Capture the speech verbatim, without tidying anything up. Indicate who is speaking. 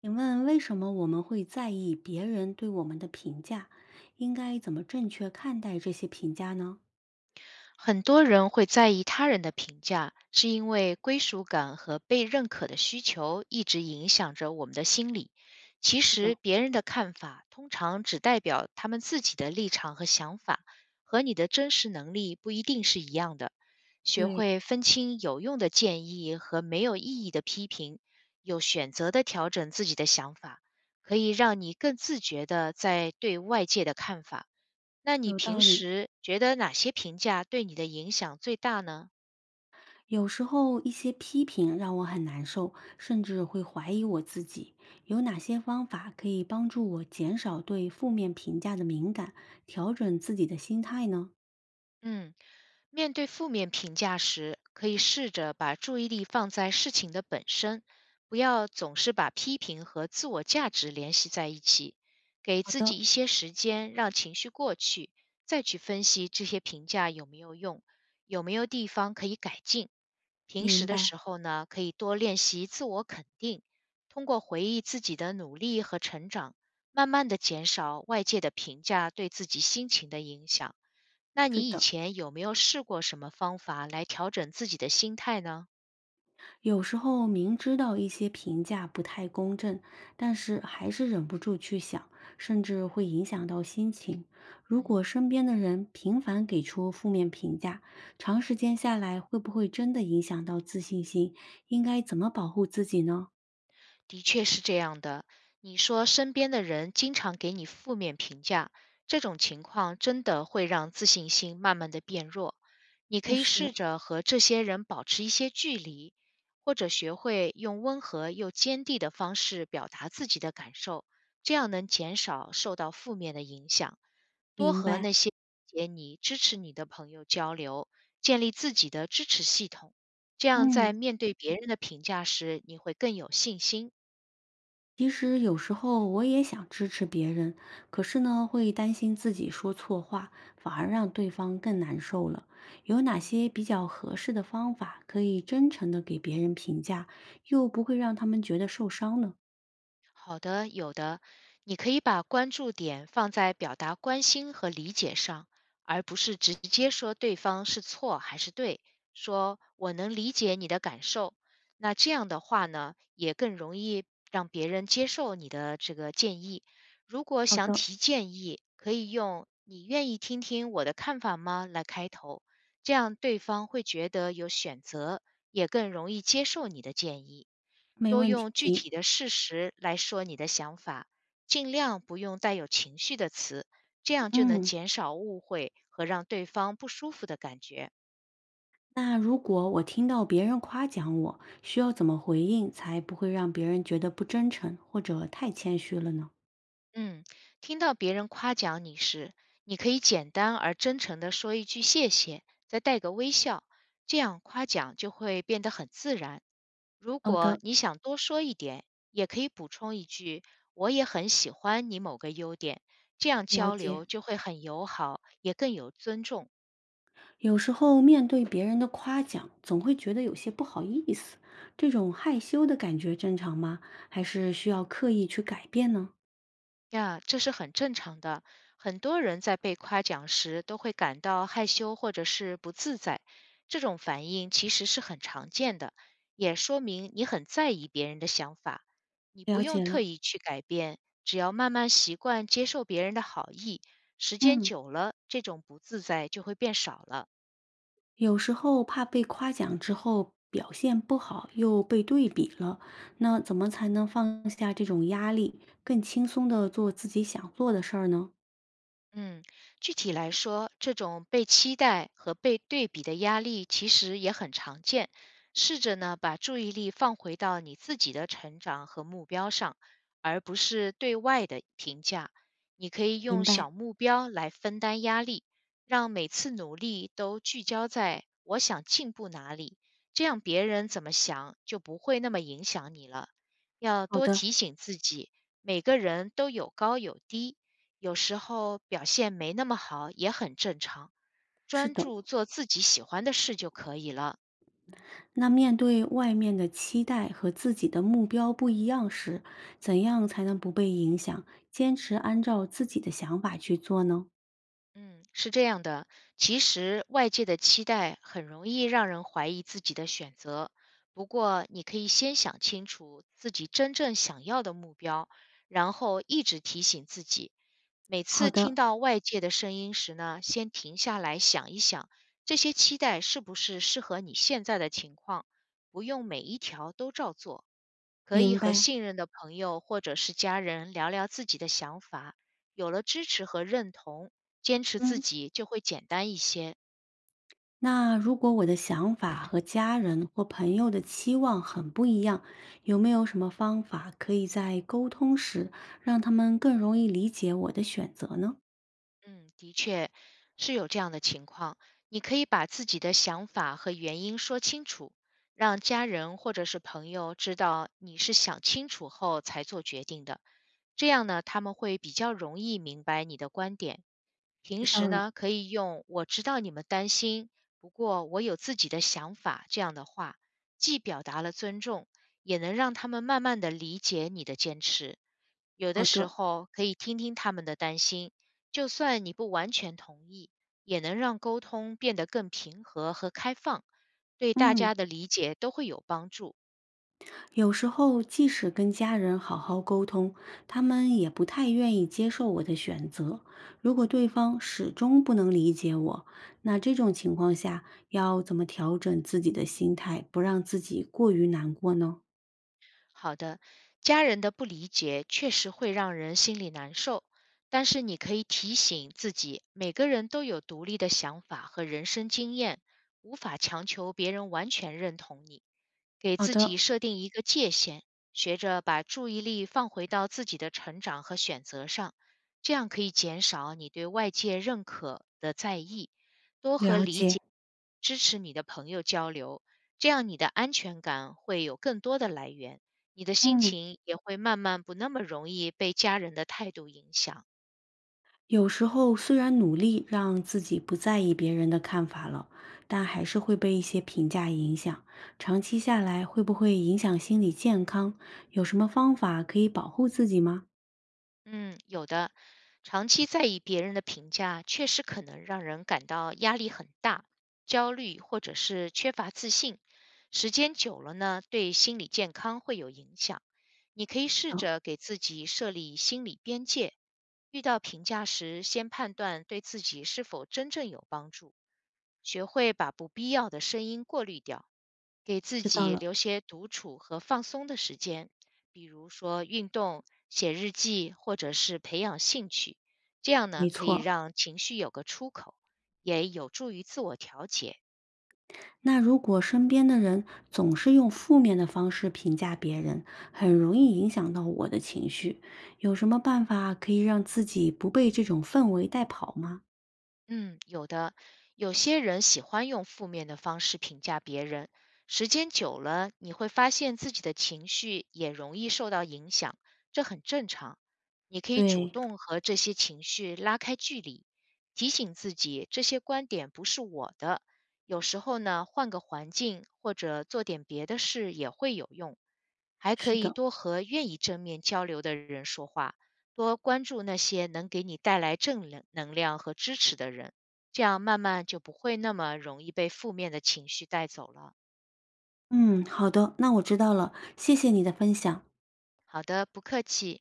Speaker 1: 请问为什么我们会在意别人对我们的评价？应该怎么正确看待这些评价呢？
Speaker 2: 很多人会在意他人的评价，是因为归属感和被认可的需求一直影响着我们的心理。其
Speaker 1: 是
Speaker 2: 实，
Speaker 1: 的，
Speaker 2: 别人的看法通常只代表他们自己的立场和想法，和你的真实能力不一定是一样的。学
Speaker 1: 对，
Speaker 2: 会分清有用的建议和没有意义的批评，有选择的调整自己的想法，可以让你更自觉的在对外界的看法。那你
Speaker 1: 有
Speaker 2: 平
Speaker 1: 道理。
Speaker 2: 时觉得哪些评价对你的影响最大呢？
Speaker 1: 有时候一些批评让我很难受，甚至会怀疑我自己。有哪些方法可以帮助我减少对负面评价的敏感，调整自己的心态呢？
Speaker 2: 嗯，面对负面评价时，可以试着把注意力放在事情的本身，不要总是把批评和自我价值联系在一起，给
Speaker 1: 好
Speaker 2: 自己
Speaker 1: 的，
Speaker 2: 一些时间让情绪过去，再去分析这些评价有没有用，有没有地方可以改进。平
Speaker 1: 明
Speaker 2: 时的
Speaker 1: 白。
Speaker 2: 时候呢，可以多练习自我肯定，通过回忆自己的努力和成长，慢慢的减少外界的评价对自己心情的影响。那
Speaker 1: 是
Speaker 2: 你以
Speaker 1: 的，
Speaker 2: 前有没有试过什么方法来调整自己的心态呢？
Speaker 1: 有时候明知道一些评价不太公正，但是还是忍不住去想，甚至会影响到心情。如果
Speaker 2: 嗯，
Speaker 1: 身边的人频繁给出负面评价，长时间下来会不会真的影响到自信心？应该怎么保护自己呢？
Speaker 2: 的确是这样的。你说身边的人经常给你负面评价，这种情况真的会让自信心慢慢的变弱。你可
Speaker 1: 确
Speaker 2: 以
Speaker 1: 实，
Speaker 2: 试着和这些人保持一些距离，或者学会用温和又坚定的方式表达自己的感受，这样能减少受到负面的影响。多
Speaker 1: 明
Speaker 2: 和
Speaker 1: 白，
Speaker 2: 那些理解你、支持你的朋友交流，建立自己的支持系统，这样在
Speaker 1: 嗯。
Speaker 2: 面对别人的评价时，你会更有信心。
Speaker 1: 其实有时候我也想支持别人，可是呢，会担心自己说错话，反而让对方更难受了。有哪
Speaker 2: 嗯，
Speaker 1: 些比较合适的方法可以真诚的给别人评价，又不会让他们觉得受伤呢？
Speaker 2: 好的，有的。你可以把关注点放在表达关心和理解上，而不是直接说对方是错还是对，说我能理解你的感受。那这样的话呢，也更容易让别人接受你的这个建议。如果
Speaker 1: 好
Speaker 2: 想
Speaker 1: 的，
Speaker 2: 提建议，可以用“你愿意听听我的看法吗”来开头，这样对方会觉得有选择，也更容易接受你的建议。
Speaker 1: 没
Speaker 2: 多
Speaker 1: 问
Speaker 2: 用具
Speaker 1: 题。
Speaker 2: 体的事实来说你的想法，尽量不用带有情绪的词，这样就能
Speaker 1: 嗯，
Speaker 2: 减少误会和让对方不舒服的感觉。
Speaker 1: 那如果我听到别人夸奖我，需要怎么回应才不会让别人觉得不真诚或者太谦虚了呢？
Speaker 2: 嗯，听到别人夸奖你时，你可以简单而真诚地说一句谢谢，再带个微笑，这样夸奖就会变得很自然。如
Speaker 1: 好
Speaker 2: 果
Speaker 1: 的。
Speaker 2: 你想多说一点，也可以补充一句“我也很喜欢你某个优点”，这样
Speaker 1: 了
Speaker 2: 交
Speaker 1: 解。
Speaker 2: 流就会很友好，也更有尊重。
Speaker 1: 有时候面对别人的夸奖，总会觉得有些不好意思，这种害羞的感觉正常吗？还是需要刻意去改变呢？
Speaker 2: 呀，这是很正常的。很多人在被夸奖时都会感到害羞或者是不自在，这种反应其实是很常见的，也说明你很在意别人的想法。你不
Speaker 1: 了
Speaker 2: 用
Speaker 1: 解
Speaker 2: 特
Speaker 1: 了，
Speaker 2: 意去改变，只要慢慢习惯接受别人的好意，时间
Speaker 1: 嗯，
Speaker 2: 久了，这种不自在就会变少了。
Speaker 1: 有时候怕被夸奖之后表现不好，又被对比了，那怎么才能放下这种压力，更轻松的做自己想做的事儿呢？
Speaker 2: 嗯，具体来说，这种被期待和被对比的压力其实也很常见。试着呢，把注意力放回到你自己的成长和目标上，而不是对外的评价。你可以
Speaker 1: 明
Speaker 2: 用
Speaker 1: 白，
Speaker 2: 小目标来分担压力，让每次努力都聚焦在我想进步哪里，这样别人怎么想就不会那么影响你了。要
Speaker 1: 好
Speaker 2: 多
Speaker 1: 的，
Speaker 2: 提醒自己，每个人都有高有低。有时候表现没那么好也很正常，
Speaker 1: 是
Speaker 2: 专
Speaker 1: 的。
Speaker 2: 注做自己喜欢的事就可以了。
Speaker 1: 那面对外面的期待和自己的目标不一样时，怎样才能不被影响，坚持按照自己的想法去做呢？
Speaker 2: 嗯，是这样的，其实外界的期待很容易让人怀疑自己的选择。不过，你可以先想清楚自己真正想要的目标，然后一直提醒自己，每
Speaker 1: 好
Speaker 2: 次听
Speaker 1: 的，
Speaker 2: 到外界的声音时呢，先停下来想一想，这些期待是不是适合你现在的情况，不用每一条都照做。可
Speaker 1: 明
Speaker 2: 以和
Speaker 1: 白。
Speaker 2: 信任的朋友或者是家人聊聊自己的想法，有了支持和认同，坚持自
Speaker 1: 嗯，
Speaker 2: 己就会简单一些。
Speaker 1: 那如果我的想法和家人或朋友的期望很不一样，有没有什么方法可以在沟通时让他们更容易理解我的选择呢？
Speaker 2: 嗯，的确是有这样的情况。你可以把自己的想法和原因说清楚，让家人或者是朋友知道你是想清楚后才做决定的，这样呢，他们会比较容易明白你的观点。平
Speaker 1: 知道
Speaker 2: 时
Speaker 1: 了，
Speaker 2: 呢，可以用“我知道你们担心，不过我有自己的想法”这样的话，既表达了尊重，也能让他们慢慢的理解你的坚持。有的
Speaker 1: 好
Speaker 2: 时
Speaker 1: 的，
Speaker 2: 候可以听听他们的担心，就算你不完全同意，也能让沟通变得更平和和开放，对大
Speaker 1: 嗯。
Speaker 2: 家的理解都会有帮助。
Speaker 1: 有时候，即使跟家人好好沟通，他们也不太愿意接受我的选择。如果
Speaker 2: 嗯。
Speaker 1: 对方始终不能理解我，那这种情况下，要怎么调整自己的心态，不让自己过于难过呢？
Speaker 2: 好的，家人的不理解确实会让人心里难受，但是你可以提醒自己，每个人都有独立的想法和人生经验，无法强求别人完全认同你。给
Speaker 1: 好
Speaker 2: 自己
Speaker 1: 的，
Speaker 2: 设定一个界限，学着把注意力放回到自己的成长和选择上，这样可以减少你对外界认可的在意，多和
Speaker 1: 了
Speaker 2: 理
Speaker 1: 解。
Speaker 2: 解、支持你的朋友交流，这样你的安全感会有更多的来源。你的心
Speaker 1: 嗯，
Speaker 2: 情也会慢慢不那么容易被家人的态度影响。
Speaker 1: 有时候虽然努力让自己不在意别人的看法了，但还是会被一些评价影响。长期下来，会不会影响心理健康？有什么方法可以保护自己吗？
Speaker 2: 嗯，有的，长期在意别人的评价，确实可能让人感到压力很大、焦虑，或者是缺乏自信。时间久了呢，对心理健康会有影响。你可以试着给自己设立心理边界，遇到评价时，先判断对自己是否真正有帮助，学会把不必要的声音过滤掉，给自
Speaker 1: 知道
Speaker 2: 己
Speaker 1: 了。
Speaker 2: 留些独处和放松的时间。比如说运动、写日记，或者是培养兴趣，这样
Speaker 1: 没
Speaker 2: 呢可
Speaker 1: 错
Speaker 2: 以
Speaker 1: 儿。
Speaker 2: 让情绪有个出口，也有助于自我调节。
Speaker 1: 那如果身边的人总是用负面的方式评价别人，很容易影响到我的情绪。有什么办法可以让自己不被这种氛围带跑吗？
Speaker 2: 嗯，有的，有些人喜欢用负面的方式评价别人，时间久了，你会发现自己的情绪也容易受到影响，这很正常。你可以主
Speaker 1: 对，
Speaker 2: 动和这些情绪拉开距离，提醒自己这些观点不是我的。有时候呢，换个环境或者做点别的事也会有用。还可
Speaker 1: 是
Speaker 2: 以
Speaker 1: 的，
Speaker 2: 多和愿意正面交流的人说话，多关注那些能给你带来正能能量和支持的人，这样慢慢就不会那么容易被负面的情绪带走了。
Speaker 1: 嗯，好的，那我知道了，谢谢你的分享。
Speaker 2: 好的，不客气。